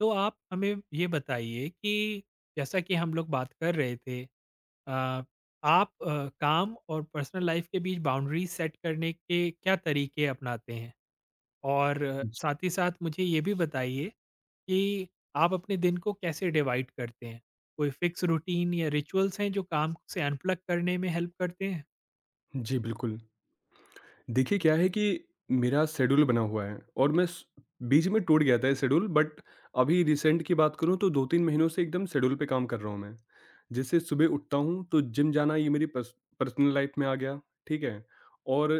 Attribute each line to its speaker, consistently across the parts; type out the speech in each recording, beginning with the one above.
Speaker 1: तो आप हमें ये बताइए कि जैसा कि हम लोग बात कर रहे थे अ, आप काम और पर्सनल लाइफ के बीच बाउंड्री सेट करने के क्या तरीके अपनाते हैं? और
Speaker 2: जी
Speaker 1: साथ ही साथ मुझे ये भी बताइए कि आप अपने दिन को कैसे डिवाइड करते हैं? कोई फिक्स रूटीन या रिचुअल्स हैं जो काम से अनप्लग करने में हेल्प करते हैं?
Speaker 2: जी, बिल्कुल। देखिए क्या है कि मेरा शेड्यूल बना हुआ है और मैं स बीच में टूट गया था ये शेड्यूल बट अभी रिसेंट की बात करूँ तो 2-3 महीनों से एकदम शेड्यूल पे काम कर रहा हूँ मैं। जैसे सुबह उठता हूँ तो जिम जाना ये मेरी पर्सनल लाइफ़ में आ गया, ठीक है? और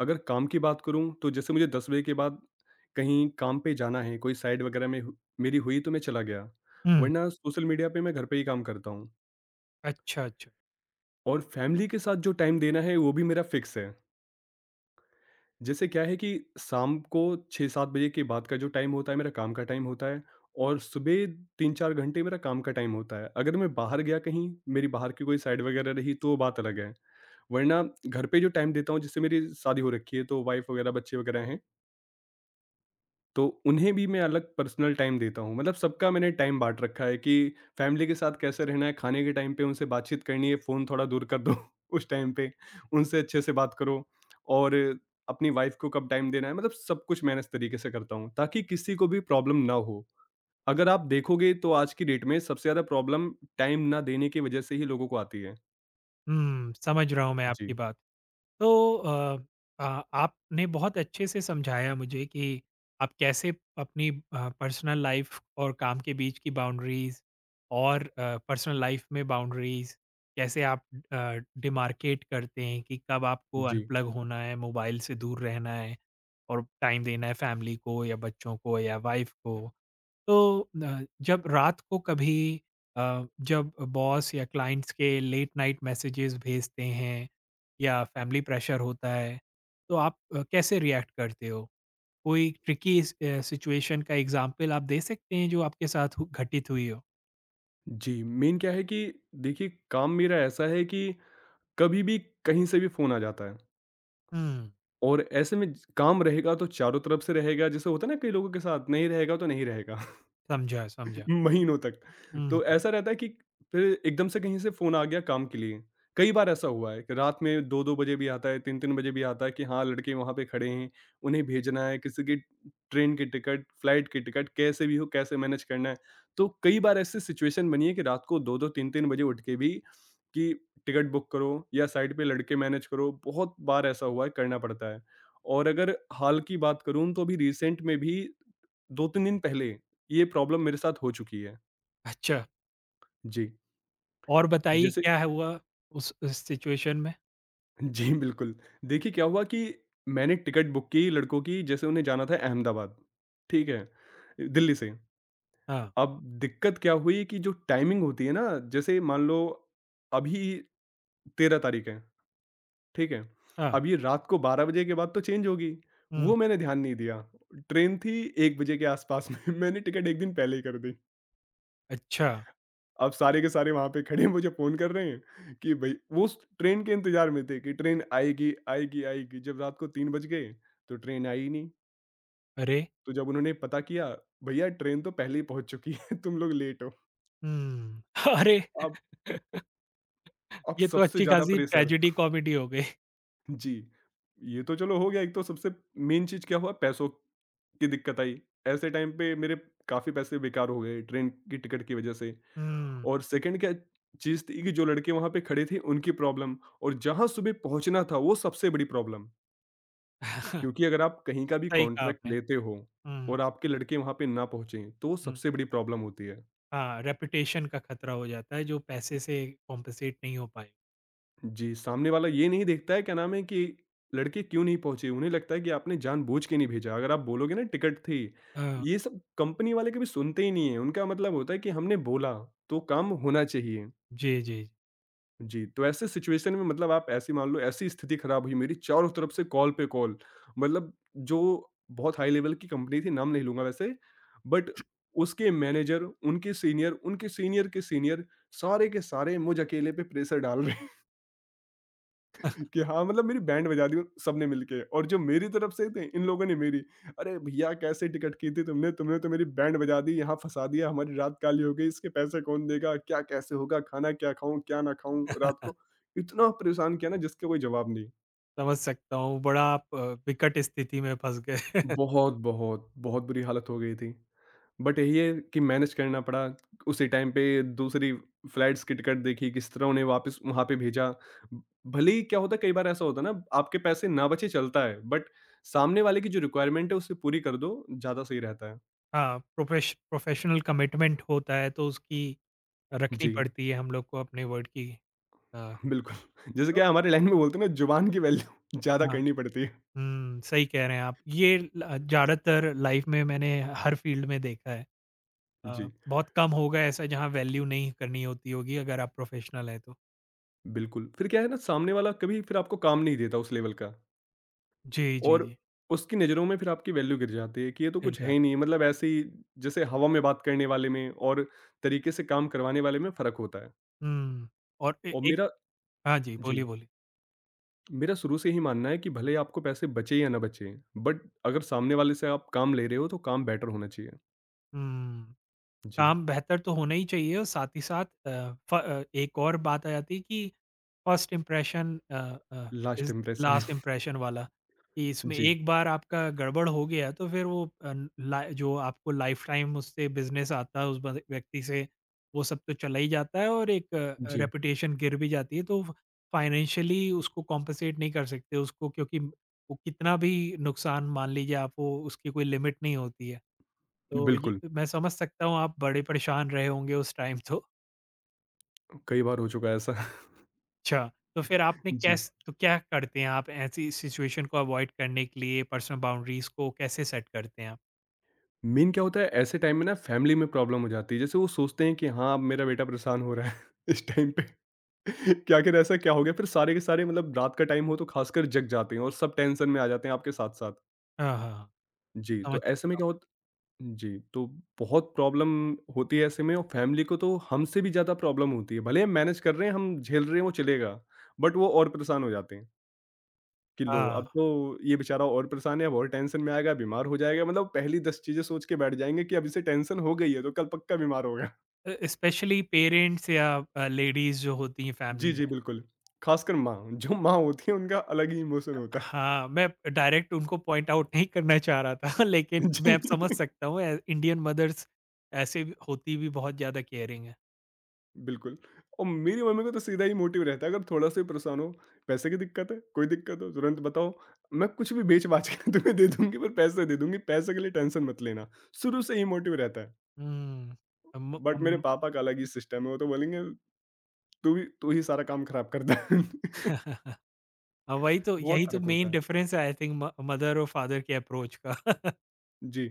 Speaker 2: अगर काम की बात करूँ तो जैसे मुझे 10 बजे के बाद कहीं काम पे जाना है, कोई साइट वगैरह में हु मेरी हुई तो मैं चला गया,
Speaker 1: हुँ।
Speaker 2: वरना सोशल मीडिया पे मैं घर पे ही काम करता हूँ।
Speaker 1: अच्छा, अच्छा।
Speaker 2: और फैमिली के साथ जो टाइम देना है वो भी मेरा फिक्स है। जैसे क्या है कि शाम को 6-7 बजे के बाद का जो टाइम होता है मेरा काम का टाइम होता है और सुबह 3-4 घंटे मेरा काम का टाइम होता है। अगर मैं बाहर गया कहीं, मेरी बाहर की कोई साइड वगैरह रही तो वो बात अलग है। वरना घर पे जो टाइम देता हूँ जैसे मेरी शादी हो रखी है तो वाइफ़ वगैरह बच्चे वगैरह हैं। तो उन्हें भी मैं अलग पर्सनल टाइम देता हूँ मतलब सबका मैंने टाइम बाँट रखा है कि फैमिली के साथ कैसे रहना है, खाने के टाइम पे उनसे बातचीत करनी है, फ़ोन थोड़ा दूर कर दो उस टाइम पे, उनसे अच्छे से बात करो और अपनी वाइफ़ को कब टाइम देना है, मतलब सब कुछ मैं इस तरीके से करता हूँ ताकि किसी को भी प्रॉब्लम ना हो। अगर आप देखोगे तो आज की डेट में सबसे ज़्यादा प्रॉब्लम टाइम ना देने की वजह से ही लोगों को आती है।
Speaker 1: हुँ, समझ रहा हूँ मैं आपकी
Speaker 2: जी,
Speaker 1: बात। तो आपने बहुत अच्छे से समझाया मुझे कि आप कैसे अपनी पर्सनल लाइफ और काम के बीच की बाउंड्रीज और पर्सनल लाइफ में बाउंड्रीज कैसे आप डिमार्केट करते हैं कि कब आपको
Speaker 2: जी,
Speaker 1: अनप्लग होना है, मोबाइल से दूर रहना है और टाइम देना है फैमिली को या बच्चों को या वाइफ को। तो न जब रात को कभी जब बॉस या क्लाइंट्स के लेट नाइट मैसेजेस भेजते हैं या फैमिली प्रेशर होता है, तो आप कैसे रिएक्ट करते हो? कोई ट्रिकी सिचुएशन का एग्ज़ाम्पल आप दे सकते हैं जो आपके साथ हु घटित हुई हो?
Speaker 2: जी, मेन क्या है कि देखिए काम मेरा ऐसा है कि कभी भी कहीं से भी फ़ोन आ जाता है।
Speaker 1: हुँ,
Speaker 2: और ऐसे में ज काम रहेगा तो चारों तरफ से रहेगा, जैसे होता है ना कई लोगों के साथ, नहीं रहेगा तो नहीं रहेगा।
Speaker 1: समझा, समझा।
Speaker 2: महीनों तक।
Speaker 1: हुँ,
Speaker 2: तो ऐसा रहता है कि फिर एकदम से कहीं से फ़ोन आ गया काम के लिए। कई बार ऐसा हुआ है कि रात में 2-2 बजे भी आता है, 3-3 बजे भी आता है कि हाँ, लड़के वहाँ पे खड़े हैं, उन्हें भेजना है, किसी की ट्रेन की टिकट, फ्लाइट की टिकट कैसे भी हो, कैसे मैनेज करना है। तो कई बार ऐसी सिचुएशन बनी है कि रात को 2-2 3-3 बजे उठ के भी कि टिकट बुक करो या साइड पे लड़के मैनेज करो, बहुत बार ऐसा हुआ है, करना पड़ता है। और अगर हाल की बात करूँ तो अभी रिसेंट में भी 2-3 दिन पहले ये प्रॉब्लम मेरे साथ हो चुकी है।
Speaker 1: अच्छा।
Speaker 2: जी,
Speaker 1: और बताइए
Speaker 2: जैसे
Speaker 1: क्या है हुआ उस सिचुएशन में?
Speaker 2: जी, बिल्कुल। देखिए क्या हुआ कि मैंने टिकट बुक की लड़कों की जैसे उन्हें जाना था अहमदाबाद, ठीक है? दिल्ली से।
Speaker 1: हाँ,
Speaker 2: अब दिक्कत क्या हुई कि जो टाइमिंग होती है ना जैसे मान लो अभी 13 तारीख है, ठीक है?
Speaker 1: हाँ।
Speaker 2: अब ये रात को 12 बजे के बाद तो चेंज होगी,
Speaker 1: हुँ,
Speaker 2: वो मैंने ध्यान नहीं दिया। ट्रेन थी 1 बजे के आसपास में मैंने टिकट 1 दिन पहले ही कर दी।
Speaker 1: अच्छा।
Speaker 2: अब सारे के सारे वहाँ पे खड़े हैं, मुझे फ़ोन कर रहे हैं कि भई वो उस ट्रेन के इंतज़ार में थे कि ट्रेन आएगी, आएगी, आएगी। जब रात को 3 बज गए, तो ट्रेन आई ही नहीं।
Speaker 1: अरे!
Speaker 2: तो जब उन्होंने पता किया, भैया ट्रेन तो पहले ही पहुँच चुकी है, तुम लोग लेट हो।
Speaker 1: हुँ। अरे!
Speaker 2: अब अब
Speaker 1: ये तो
Speaker 2: सबसे
Speaker 1: अच्छी
Speaker 2: ज़्यादा
Speaker 1: खासी
Speaker 2: प्रेशर
Speaker 1: ट्रेजेडी कॉमेडी हो गई।
Speaker 2: जी। ये तो चलो हो गया, एक तो सबसे मेन चीज़ क्या हुआ पैसों की दिक्कत आई। ऐसे टाइम पे मेरे काफ़ी पैसे बेकार हो गए ट्रेन की टिकट की वज़ह से।
Speaker 1: हुँ।
Speaker 2: और सेकंड क्या चीज़ थी कि जो लड़के वहाँ पे खड़े थे उनकी प्रॉब्लम और जहाँ सुबह पहुँचना था वो सबसे बड़ी प्रॉब्लम। क्योंकि अगर आप कहीं का भी
Speaker 1: सही कहा
Speaker 2: कॉन्ट्रैक्ट
Speaker 1: आपने।
Speaker 2: लेते हो
Speaker 1: हुँ।
Speaker 2: और आपके लड़के वहाँ पे ना पहुँचे तो वो
Speaker 1: हुँ।
Speaker 2: सबसे बड़ी प्रॉब्लम होती है।
Speaker 1: हाँ, रेपुटेशन का खतरा हो जाता है जो पैसे से कॉम्पेंसेट नहीं हो पाए।
Speaker 2: जी, सामने वाला ये नहीं देखता है क्या नाम है कि लड़के क्यों नहीं पहुँचे? उन्हें लगता है कि आपने जानबूझ के नहीं भेजा। अगर आप बोलोगे ना टिकट थी,
Speaker 1: हाँ,
Speaker 2: ये सब कंपनी वाले कभी सुनते ही नहीं है। उनका मतलब होता है कि हमने बोला तो काम होना चाहिए।
Speaker 1: जी, जी। जी,
Speaker 2: जी, तो ऐसे सिचुएशन में मतलब आप ऐसी मान लो ऐसी स्थिति खराब हुई मेरी चारों तरफ से कॉल पे कॉल। मतलब जो बहुत हाई लेवल की कंपनी थी, नाम नहीं लूँगा वैसे, बट उसके मैनेजर, उनके सीनियर के सीनियर, सारे के सारे मुझ अकेले पे प्रेशर डाल रहे कि हाँ, मतलब मेरी बैंड बजा दी सबने मिलके और जो मेरी तरफ से थे इन लोगों ने मेरी, "अरे भईया कैसे टिकट की थी तुमने? तुमने तो मेरी बैंड बजा दी, यहाँ फँसा दिया, हमारी रात काली हो गई, इसके पैसे कौन देगा? क्या कैसे होगा? खाना क्या खाऊँ, क्या ना खाऊँ रात को?" इतना परेशान किया ना जिसका कोई जवाब नहीं।
Speaker 1: समझ सकता हूँ, बड़ा आप विकट स्थिति में फँस गए।
Speaker 2: बहुत, बहुत, बहुत बुरी हालत हो गई थी। बट यही है कि मैनेज करना पड़ा। उसी टाइम पे दूसरी फ्लाइट्स की टिकट देखी, किस तरह उन्हें वापस वहाँ पे भेजा। ब- भले ही क्या होता है कई बार ऐसा होता है ना आपके पैसे ना बचे चलता है बट सामने वाले की जो रिक्वायरमेंट है उसे पूरी कर दो, ज़्यादा सही रहता है।
Speaker 1: हाँ, प्रोफेशनल कमिटमेंट होता है तो उसकी रखनी
Speaker 2: जी,
Speaker 1: पड़ती है हम लोग को अपने वर्ड की। अ,
Speaker 2: बिल्कुल। जैसे
Speaker 1: तो
Speaker 2: क्या हमारे लाइन में बोलते हैं ना जुबान की वैल्यू ज़्यादा
Speaker 1: हाँ।
Speaker 2: करनी पड़ती है।
Speaker 1: हुँ, सही कह रहे हैं आप। ये ल ज़्यादातर लाइफ़ में मैंने हर फील्ड में देखा है।
Speaker 2: जी,
Speaker 1: बहुत कम होगा ऐसा जहाँ वैल्यू नहीं करनी होती होगी अगर आप प्रोफेशनल हैं तो।
Speaker 2: बिल्कुल। फिर क्या है ना सामने वाला कभी फिर आपको काम नहीं देता उस लेवल का।
Speaker 1: जी, जी,
Speaker 2: और
Speaker 1: जी।
Speaker 2: उसकी नज़रों में फिर आपकी वैल्यू गिर जाती है कि ये तो
Speaker 1: चिढ़
Speaker 2: कुछ है ही
Speaker 1: जाते।
Speaker 2: नहीं मतलब ऐसे ही जैसे हवा में बात करने वाले में और तरीके से काम करवाने वाले में फ़र्क होता है
Speaker 1: हुँ, और ए
Speaker 2: और
Speaker 1: एक।
Speaker 2: मेरा
Speaker 1: हाँ जी,
Speaker 2: जी
Speaker 1: बोलिए, बोलिए।
Speaker 2: मेरा शुरू से ही मानना है कि भले ही आपको पैसे बचे या ना बचे बट अगर सामने वाले से आप काम ले रहे हो तो काम बेटर होना चाहिए
Speaker 1: हुँ,
Speaker 2: जी
Speaker 1: काम बेहतर तो होना ही चाहिए और साथ ही साथ एक और बात आ जाती है कि first impression uh,
Speaker 2: last
Speaker 1: is
Speaker 2: impression
Speaker 1: last impression वाला, कि इसमें
Speaker 2: जी
Speaker 1: एक बार आपका गड़बड़ हो गया तो फिर वो अ, ला जो आपको लाइफ़टाइम उससे बिज़नेस आता है उस बन व्यक्ति से, वो सब तो चला ही जाता है और एक
Speaker 2: जी
Speaker 1: रेपुटेशन गिर भी जाती है तो फाइनेंशियली उसको कॉम्पेंसेट नहीं कर सकते उसको, क्योंकि वो कितना भी नुकसान मान लीजिए आप, वो उसकी कोई लिमिट नहीं होती है। तो ये
Speaker 2: बिल्कुल।
Speaker 1: मैं समझ सकता हूँ, आप बड़े परेशान रहे होंगे उस टाइम तो।
Speaker 2: कई बार हो चुका है ऐसा
Speaker 1: अच्छा, तो फिर आपने
Speaker 2: जी
Speaker 1: कैस तो क्या करते हैं आप ऐसी सिचुएशन को अवॉइड करने के लिए? पर्सनल बाउंड्रीज़ को कैसे सेट करते हैं आप?
Speaker 2: मेन क्या होता है ऐसे टाइम में ना फैमिली में प्रॉब्लम हो जाती है जैसे वो सोचते हैं कि हाँ अब मेरा बेटा परेशान हो रहा है इस टाइम पे कि आखिर ऐसा क्या हो गया? फिर सारे के सारे मतलब रात का टाइम हो तो ख़ासकर जग जाते हैं और सब टेंशन में आ जाते हैं आपके साथ-साथ।
Speaker 1: हाँ, हाँ।
Speaker 2: जी,
Speaker 1: समझ
Speaker 2: तो ऐसे
Speaker 1: सकता
Speaker 2: में क्या
Speaker 1: हूँ।
Speaker 2: होत जी, तो बहुत प्रॉब्लम होती है ऐसे में और फैमिली को तो हमसे भी ज़्यादा प्रॉब्लम होती है। भले हम मैनेज कर रहे हैं, हम झेल रहे हैं वो चलेगा, बट वो और परेशान हो जाते हैं कि लो
Speaker 1: हाँ,
Speaker 2: अब तो ये बेचारा और परेशान है, अब और टेंशन में आएगा, बीमार हो जाएगा। मतलब पहली 10 चीज़ें सोच के बैठ जाएँगे कि अब इसे टेंशन हो गई है तो कल पक्का बीमार होगा।
Speaker 1: स्पेशली पेरेंट्स या लेडीज़ जो होती हैं
Speaker 2: जी,
Speaker 1: फैमिली में।
Speaker 2: जी, बिल्कुल। ख़ासकर माँ, जो माँ होती है उनका अलग ही इमोशन होता है।
Speaker 1: हाँ, मैं डायरेक्ट उनको पॉइंट आउट नहीं करना चाह रहा था लेकिन मैं
Speaker 2: जी।
Speaker 1: अब समझ सकता हूँ इंडियन मदर्स ऐसे भी होती भी बहुत ज़्यादा केयरिंग हैं।
Speaker 2: बिल्कुल और मेरी मम्मी को तो सीधा ही मोटिव रहता है अगर थोड़ा सा भी परेशान हो पैसे की दिक्कत है कोई दिक्कत हो तुरंत बताओ मैं कुछ भी बेच बाच के तुम्हें दे दूंगी पर पैसे दे दूंगी पैसे के लिए टेंशन मत लेना शुरू से ही मोटिव रहता है
Speaker 1: हुँ। अम
Speaker 2: बट मेरे
Speaker 1: अम
Speaker 2: पापा का अलग ही सिस्टम है वो तो बोलेंगे तू भी तू ही सारा काम खराब करता है
Speaker 1: हाँ, वही तो
Speaker 2: बहुत
Speaker 1: यही तो
Speaker 2: फर्क होता
Speaker 1: मेन
Speaker 2: है
Speaker 1: डिफरेंस है आई थिंक म मदर और फादर के अप्रोच का।
Speaker 2: जी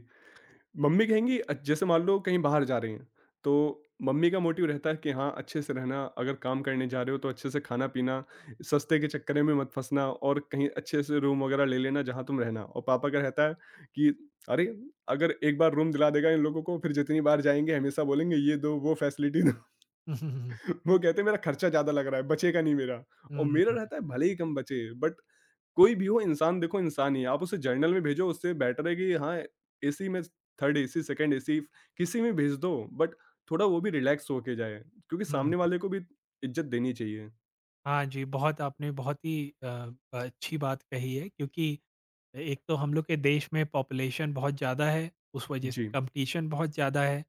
Speaker 2: मम्मी कहेंगी जैसे मान लो कहीं बाहर जा रहे हैं, तो मम्मी का मोटिव रहता है कि हाँ, अच्छे से रहना, अगर काम करने जा रहे हो तो अच्छे से खाना-पीना, सस्ते के चक्कर में मत फँसना और कहीं अच्छे से रूम वगैरह ले लेना जहाँ तुम रहना और पापा का रहता है कि अरे! अगर एक बार रूम दिला देगा इन लोगों को फिर जितनी बार जाएँगे हमेशा बोलेंगे ये दो, वो फैसिलिटी दो।
Speaker 1: हुँ, हुँ,
Speaker 2: वो कहते हैं मेरा खर्चा ज़्यादा लग रहा है, बचेगा नहीं मेरा और
Speaker 1: हुँ।
Speaker 2: मेरा
Speaker 1: हुँ।
Speaker 2: रहता है भले ही कम बचे बट कोई भी हो इंसान देखो इंसान ही है। आप उसे जर्नल में भेजो उससे बेटर है कि हाँ एसी में थर्ड एसी सेकंड एसी किसी में भेज दो बट थोड़ा वो भी रिलैक्स होके जाए क्योंकि
Speaker 1: हुँ।
Speaker 2: सामने वाले को भी इज्जत देनी चाहिए।
Speaker 1: हाँ जी, बहुत आपने बहुत ही अच्छी बात कही है, क्योंकि एक तो हम लोग के देश में पॉपुलेशन बहुत ज़्यादा है, उस वजह से
Speaker 2: जी,
Speaker 1: कॉम्पिटिशन बहुत ज़्यादा है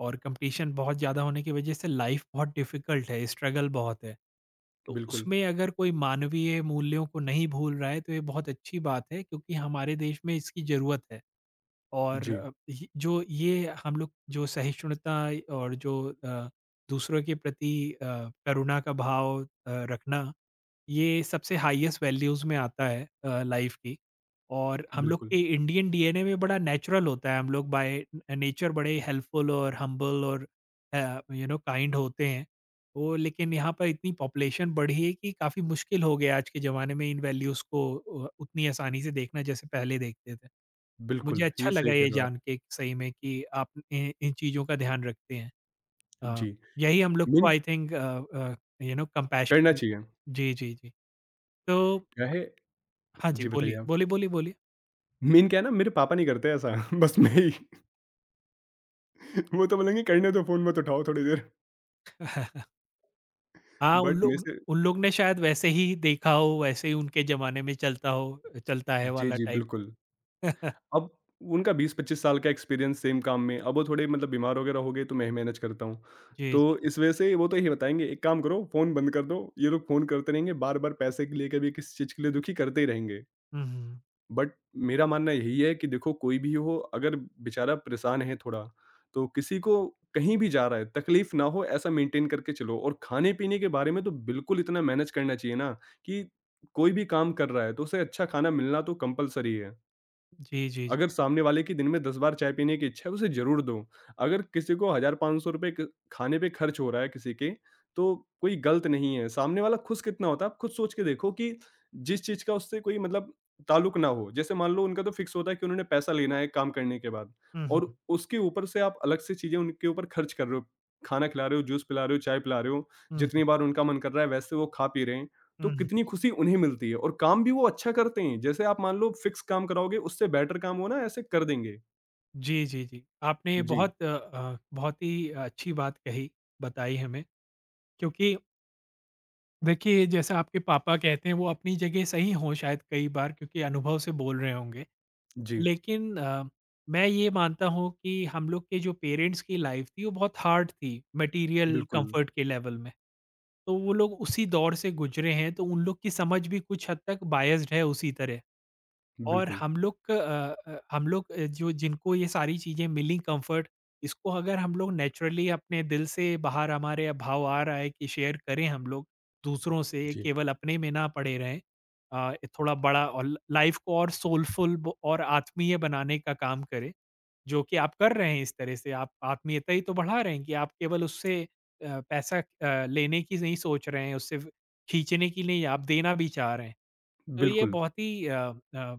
Speaker 1: और कॉम्पिटिशन बहुत ज़्यादा होने की वजह से लाइफ़ बहुत डिफ़िकल्ट है, स्ट्रगल बहुत है। तो
Speaker 2: बिल्कुल।
Speaker 1: उसमें अगर कोई मानवीय मूल्यों को नहीं भूल रहा है तो ये बहुत अच्छी बात है, क्योंकि हमारे देश में इसकी ज़रूरत है। और
Speaker 2: जी,
Speaker 1: अ, य जो ये हम लोग जो सहिष्णुता और जो अ, दूसरों के प्रति करुणा का भाव रखना, ये सबसे हाईएस्ट वैल्यूज़ में आता है लाइफ की। और हम लोग
Speaker 2: बिल्कुल,
Speaker 1: के इंडियन डीएनए में बड़ा नेचुरल होता है, हम लोग बाय नेचर बड़े हेल्पफुल और हम्बल और काइंड होते हैं। तो लेकिन यहाँ पर इतनी पॉपुलेशन बढ़ी है कि काफ़ी मुश्किल हो गया आज के ज़माने में इन वैल्यूज़ को उतनी आसानी से देखना जैसे पहले देखते थे। मुझे
Speaker 2: बिल्कुल।
Speaker 1: अच्छा
Speaker 2: ये
Speaker 1: लगा
Speaker 2: सही कह
Speaker 1: ये
Speaker 2: रहे हो आप।
Speaker 1: जान के सही में कि आप इन इन चीज़ों का ध्यान रखते हैं। अ,
Speaker 2: जी,
Speaker 1: यही हम लोग को
Speaker 2: मीन
Speaker 1: आई थिंक
Speaker 2: करना
Speaker 1: कंपैशन।
Speaker 2: चाहिए।
Speaker 1: जी जी जी। तो
Speaker 2: क्या है
Speaker 1: हाँ जी,
Speaker 2: जी बताइए
Speaker 1: बोलिए,
Speaker 2: आप?
Speaker 1: बोलिए, बोलिए, बोलिए।
Speaker 2: मीन क्या है ना मेरे पापा नहीं करते ऐसा बस मैं ही वो तो बोलेंगे करने दो फ़ोन मत उठाओ थोड़ी देर
Speaker 1: हाँ, उन
Speaker 2: बट मेरे
Speaker 1: लोग
Speaker 2: से
Speaker 1: उन लोग ने शायद वैसे ही देखा हो, वैसे ही उनके ज़माने में चलता हो, चलता है
Speaker 2: जी,
Speaker 1: वाला
Speaker 2: जी
Speaker 1: टाइप
Speaker 2: बिल्कुल।
Speaker 1: का।
Speaker 2: अब उनका 20-25 साल का एक्सपीरियंस सेम काम में, अब वो थोड़े मतलब बीमार वगैरह हो गए तो मैं ही मैनेज करता हूँ।
Speaker 1: जी, जी,
Speaker 2: तो
Speaker 1: जी।
Speaker 2: इस वजह से वो तो यही बताएँगे, "एक काम करो फ़ोन बंद कर दो, ये लोग फ़ोन करते रहेंगे, बार-बार पैसे के लिए कभी किसी चीज़ के लिए दुखी करते ही रहेंगे।"
Speaker 1: हुँ, हुँ।
Speaker 2: बट मेरा मानना यही है कि देखो कोई भी हो अगर बेचारा परेशान है थोड़ा, तो किसी को कहीं भी जा रहा है, तकलीफ़ ना हो ऐसा मेंटेन करके चलो और खाने-पीने के बारे में तो बिल्कुल इतना मैनेज करना चाहिए ना कि कोई भी काम कर रहा है तो उसे अच्छा खाना मिलना तो कंपल्सरी है।
Speaker 1: जी, जी,
Speaker 2: अगर
Speaker 1: जी।
Speaker 2: सामने वाले की दिन में 10 बार चाय पीने की इच्छा है, उसे ज़रूर दो। अगर किसी को हज़ार ₹500 क खाने पे खर्च हो रहा है किसी के, तो कोई गलत नहीं है। सामने वाला खुश कितना होता है, आप खुद सोच के देखो कि जिस चीज़ का उससे कोई मतलब ताल्लुक ना हो। जैसे मान लो उनका तो फिक्स होता है कि उन्होंने पैसा लेना है काम करने के बाद
Speaker 1: हुँ, हुँ,
Speaker 2: और उसके ऊपर से आप अलग से चीज़ें उनके ऊपर खर्च कर रहे हो। खाना खिला रहे हो, जूस पिला रहे हो, चाय पिला रहे हो,
Speaker 1: हुँ, हुँ,
Speaker 2: जितनी बार उनका मन कर रहा है वैसे वो खा पी रहे हैं।
Speaker 1: हुँ,
Speaker 2: तो
Speaker 1: हुँ।
Speaker 2: कितनी खुशी उन्हें मिलती है और काम भी वो अच्छा करते हैं। जैसे आप मान लो फिक्स काम कराओगे उससे बेटर काम वो ना ऐसे कर देंगे।
Speaker 1: जी, जी, जी। आपने
Speaker 2: जी,
Speaker 1: बहुत बहुत ही अच्छी बात कही, बताई हमें, क्योंकि देखिए जैसा आपके पापा कहते हैं वो अपनी जगह सही हो शायद कई बार, क्योंकि अनुभव से बोल रहे होंगे।
Speaker 2: जी।
Speaker 1: लेकिन मैं ये मानता हूँ कि हम लोग के जो पेरेंट्स की लाइफ थी वो बहुत हार्ड थी मटेरियल
Speaker 2: बिल्कुल,
Speaker 1: कंफर्ट के लेवल में। तो वो लोग उसी दौर से गुजरे हैं तो उन लोग की समझ भी कुछ हद तक बायस्ड है उसी तरह। और
Speaker 2: बिल्कुल।
Speaker 1: हम लोग जो जिनको ये सारी चीज़ें मिलीं कम्फ़र्ट, इसको अगर हम लोग नेचुरली अपने दिल से बाहर हमारे भाव आ रहा है कि शेयर करें हम लोग दूसरों से,
Speaker 2: जी।
Speaker 1: केवल अपने में ना पड़े रहें। अ, थोड़ा बड़ा और ल लाइफ़ को और सोलफुल ब और आत्मीय बनाने का काम करें, जो कि आप कर रहे हैं इस तरह से। आप आत्मीयता ही तो बढ़ा रहे हैं कि आप केवल उससे पैसा लेने की नहीं सोच रहे हैं, उससे फ़ खींचने की नहीं, आप देना भी चाह रहे हैं। तो ये
Speaker 2: बिल्कुल,
Speaker 1: बहुत ही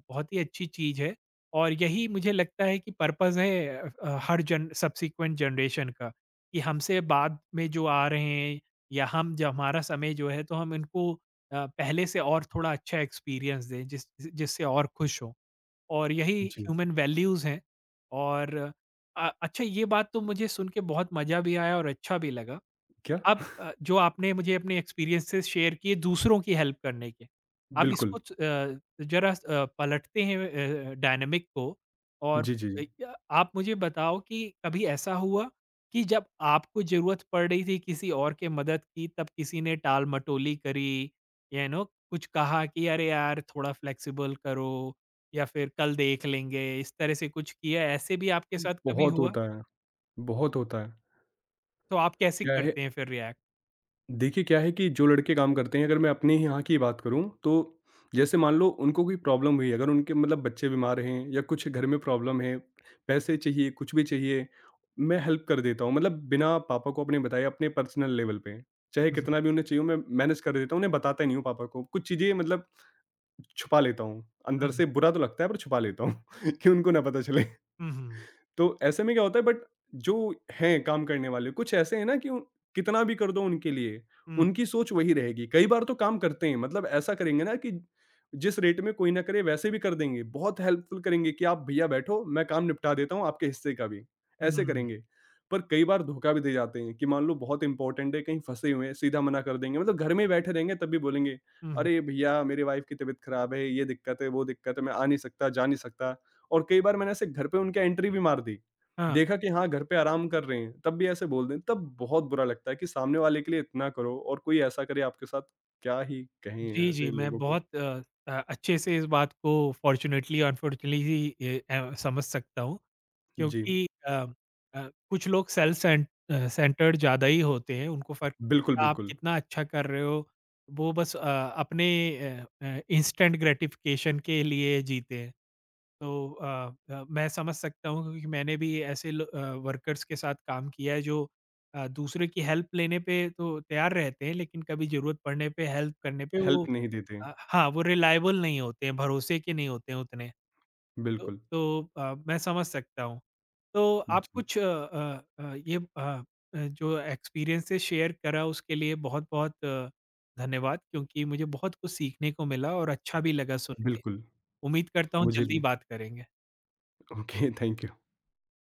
Speaker 1: बहुत ही अच्छी चीज़ है और यही मुझे लगता है कि पर्पज़ है हर जन सब्सीक्वेंट जनरेशन का, कि हमसे बाद में जो आ रहे हैं या हम जो हमारा समय जो है, तो हम इनको पहले से और थोड़ा अच्छा एक्सपीरियंस दें जिससे और खुश हों और यही
Speaker 2: जी।
Speaker 1: ह्यूमन वैल्यूज़ हैं। और अच्छा, ये बात तो मुझे सुन के बहुत मज़ा भी आया और अच्छा भी लगा।
Speaker 2: क्या?
Speaker 1: आप जो आपने मुझे अपने एक्सपीरियंसेस शेयर किए दूसरों की हेल्प करने के, आप
Speaker 2: बिल्कुल।
Speaker 1: इसको ज़रा पलटते हैं डायनामिक को और
Speaker 2: जी।
Speaker 1: अ, य आप मुझे बताओ कि कभी ऐसा हुआ कि जब आपको ज़रूरत पड़ रही थी किसी और के मदद की, तब किसी ने टाल-मटोली करी, या कुछ कहा कि अरे यार थोड़ा फ्लेक्सिबल करो या फिर कल देख लेंगे, इस तरह से कुछ किया, ऐसे भी आपके साथ कभी
Speaker 2: बहुत
Speaker 1: हुआ?
Speaker 2: होता है, बहुत होता है।
Speaker 1: तो आप कैसे
Speaker 2: क्या है
Speaker 1: करते हैं फिर रिएक्ट?
Speaker 2: देखिए, क्या है कि जो लड़के काम करते हैं, अगर मैं अपने ही यहाँ की बात करूँ, तो जैसे मान लो उनको कोई प्रॉब्लम हुई, अगर उनके मतलब बच्चे बीमार हैं या कुछ घर में प्रॉब्लम है, पैसे चाहिए, कुछ भी चाहिए, मैं हेल्प कर देता हूँ। मतलब बिना पापा को अपने बताए अपने पर्सनल लेवल पे, चाहे
Speaker 1: हुँ, हुँ।
Speaker 2: कितना भी उन्हें चाहिए हो, मैं मैनेज कर देता हूँ, उन्हें बताता ही नहीं हूँ पापा को। कुछ चीज़ें मतलब छुपा लेता हूँ,
Speaker 1: हुँ,
Speaker 2: अंदर
Speaker 1: हुँ।
Speaker 2: से बुरा तो लगता है पर छुपा लेता हूँ कि उनको ना पता चले।
Speaker 1: हुँ, हुँ।
Speaker 2: तो ऐसे में क्या होता है बट जो हैं काम करने वाले कुछ ऐसे हैं ना कि कितना भी कर दो उनके लिए
Speaker 1: हुँ,
Speaker 2: उनकी सोच वही रहेगी कई बार तो काम करते हैं मतलब ऐसा करेंगे ना कि जिस रेट में कोई ना करे वैसे भी कर देंगे बहुत हेल्पफुल करेंगे कि आप भैया बैठो मैं काम निपटा देता हूँ आपके हिस्से का भी ऐसे
Speaker 1: हुँ,
Speaker 2: करेंगे पर कई बार धोखा भी दे जाते हैं कि मान लो बहुत इंपॉर्टेंट है कहीं फंसे हुए हैं सीधा मना कर देंगे मतलब घर में बैठे रहेंगे तब भी बोलेंगे
Speaker 1: हुँ।
Speaker 2: अरे भैया मेरी वाइफ की तबीयत खराब है ये दिक्कत है वो दिक्कत है मैं आ नहीं सकता जा नहीं सकता और कई बार मैंने ऐसे घर पे उनके एंट्री भी मार दी।
Speaker 1: हाँ,
Speaker 2: देखा कि हाँ, घर पे आराम कर रहे हैं, तब भी ऐसे बोल दें, तब बहुत बुरा लगता है कि सामने वाले के लिए इतना करो और कोई ऐसा करे आपके साथ, क्या ही कहें
Speaker 1: जी, जी,
Speaker 2: ऐसे
Speaker 1: मैं
Speaker 2: लोगों को।
Speaker 1: बहुत अच्छे से इस बात को फ़ॉर्च्युनेटली अनफ़ॉर्च्युनेटली समझ सकता हूँ,
Speaker 2: जी,
Speaker 1: क्योंकि कुछ लोग सेल्फ़ सेंटर्ड ज़्यादा ही होते हैं, उनको फ़र्क
Speaker 2: बिल्कुल,
Speaker 1: आप
Speaker 2: बिल्कुल।
Speaker 1: कितना अच्छा कर रहे हो, वो बस अपने इंस्टेंट ग्रैटिफ़िकेशन के लिए जीते हैं। तो मैं समझ सकता हूँ, क्योंकि मैंने भी ऐसे वर्कर्स के साथ काम किया है जो दूसरे की हेल्प लेने पे तो तैयार रहते हैं लेकिन कभी जरूरत पड़ने पे हेल्प करने पे
Speaker 2: हेल्प
Speaker 1: वो
Speaker 2: नहीं देते।
Speaker 1: हाँ, वो रिलायबल नहीं होते हैं, भरोसे के नहीं होते हैं उतने। तो,
Speaker 2: बिल्कुल।
Speaker 1: तो मैं समझ सकता हूँ। तो आप
Speaker 2: जी,
Speaker 1: कुछ ये जो एक्सपीरियंसेस शेयर करा उसके लिए बहुत बहुत धन्यवाद, क्योंकि मुझे बहुत कुछ सीखने को मिला और अच्छा भी लगा सुन के।
Speaker 2: बिल्कुल।
Speaker 1: उम्मीद करता हूँ
Speaker 2: मुझे
Speaker 1: जल्दी
Speaker 2: भी।
Speaker 1: बात करेंगे।
Speaker 2: Okay, thank you.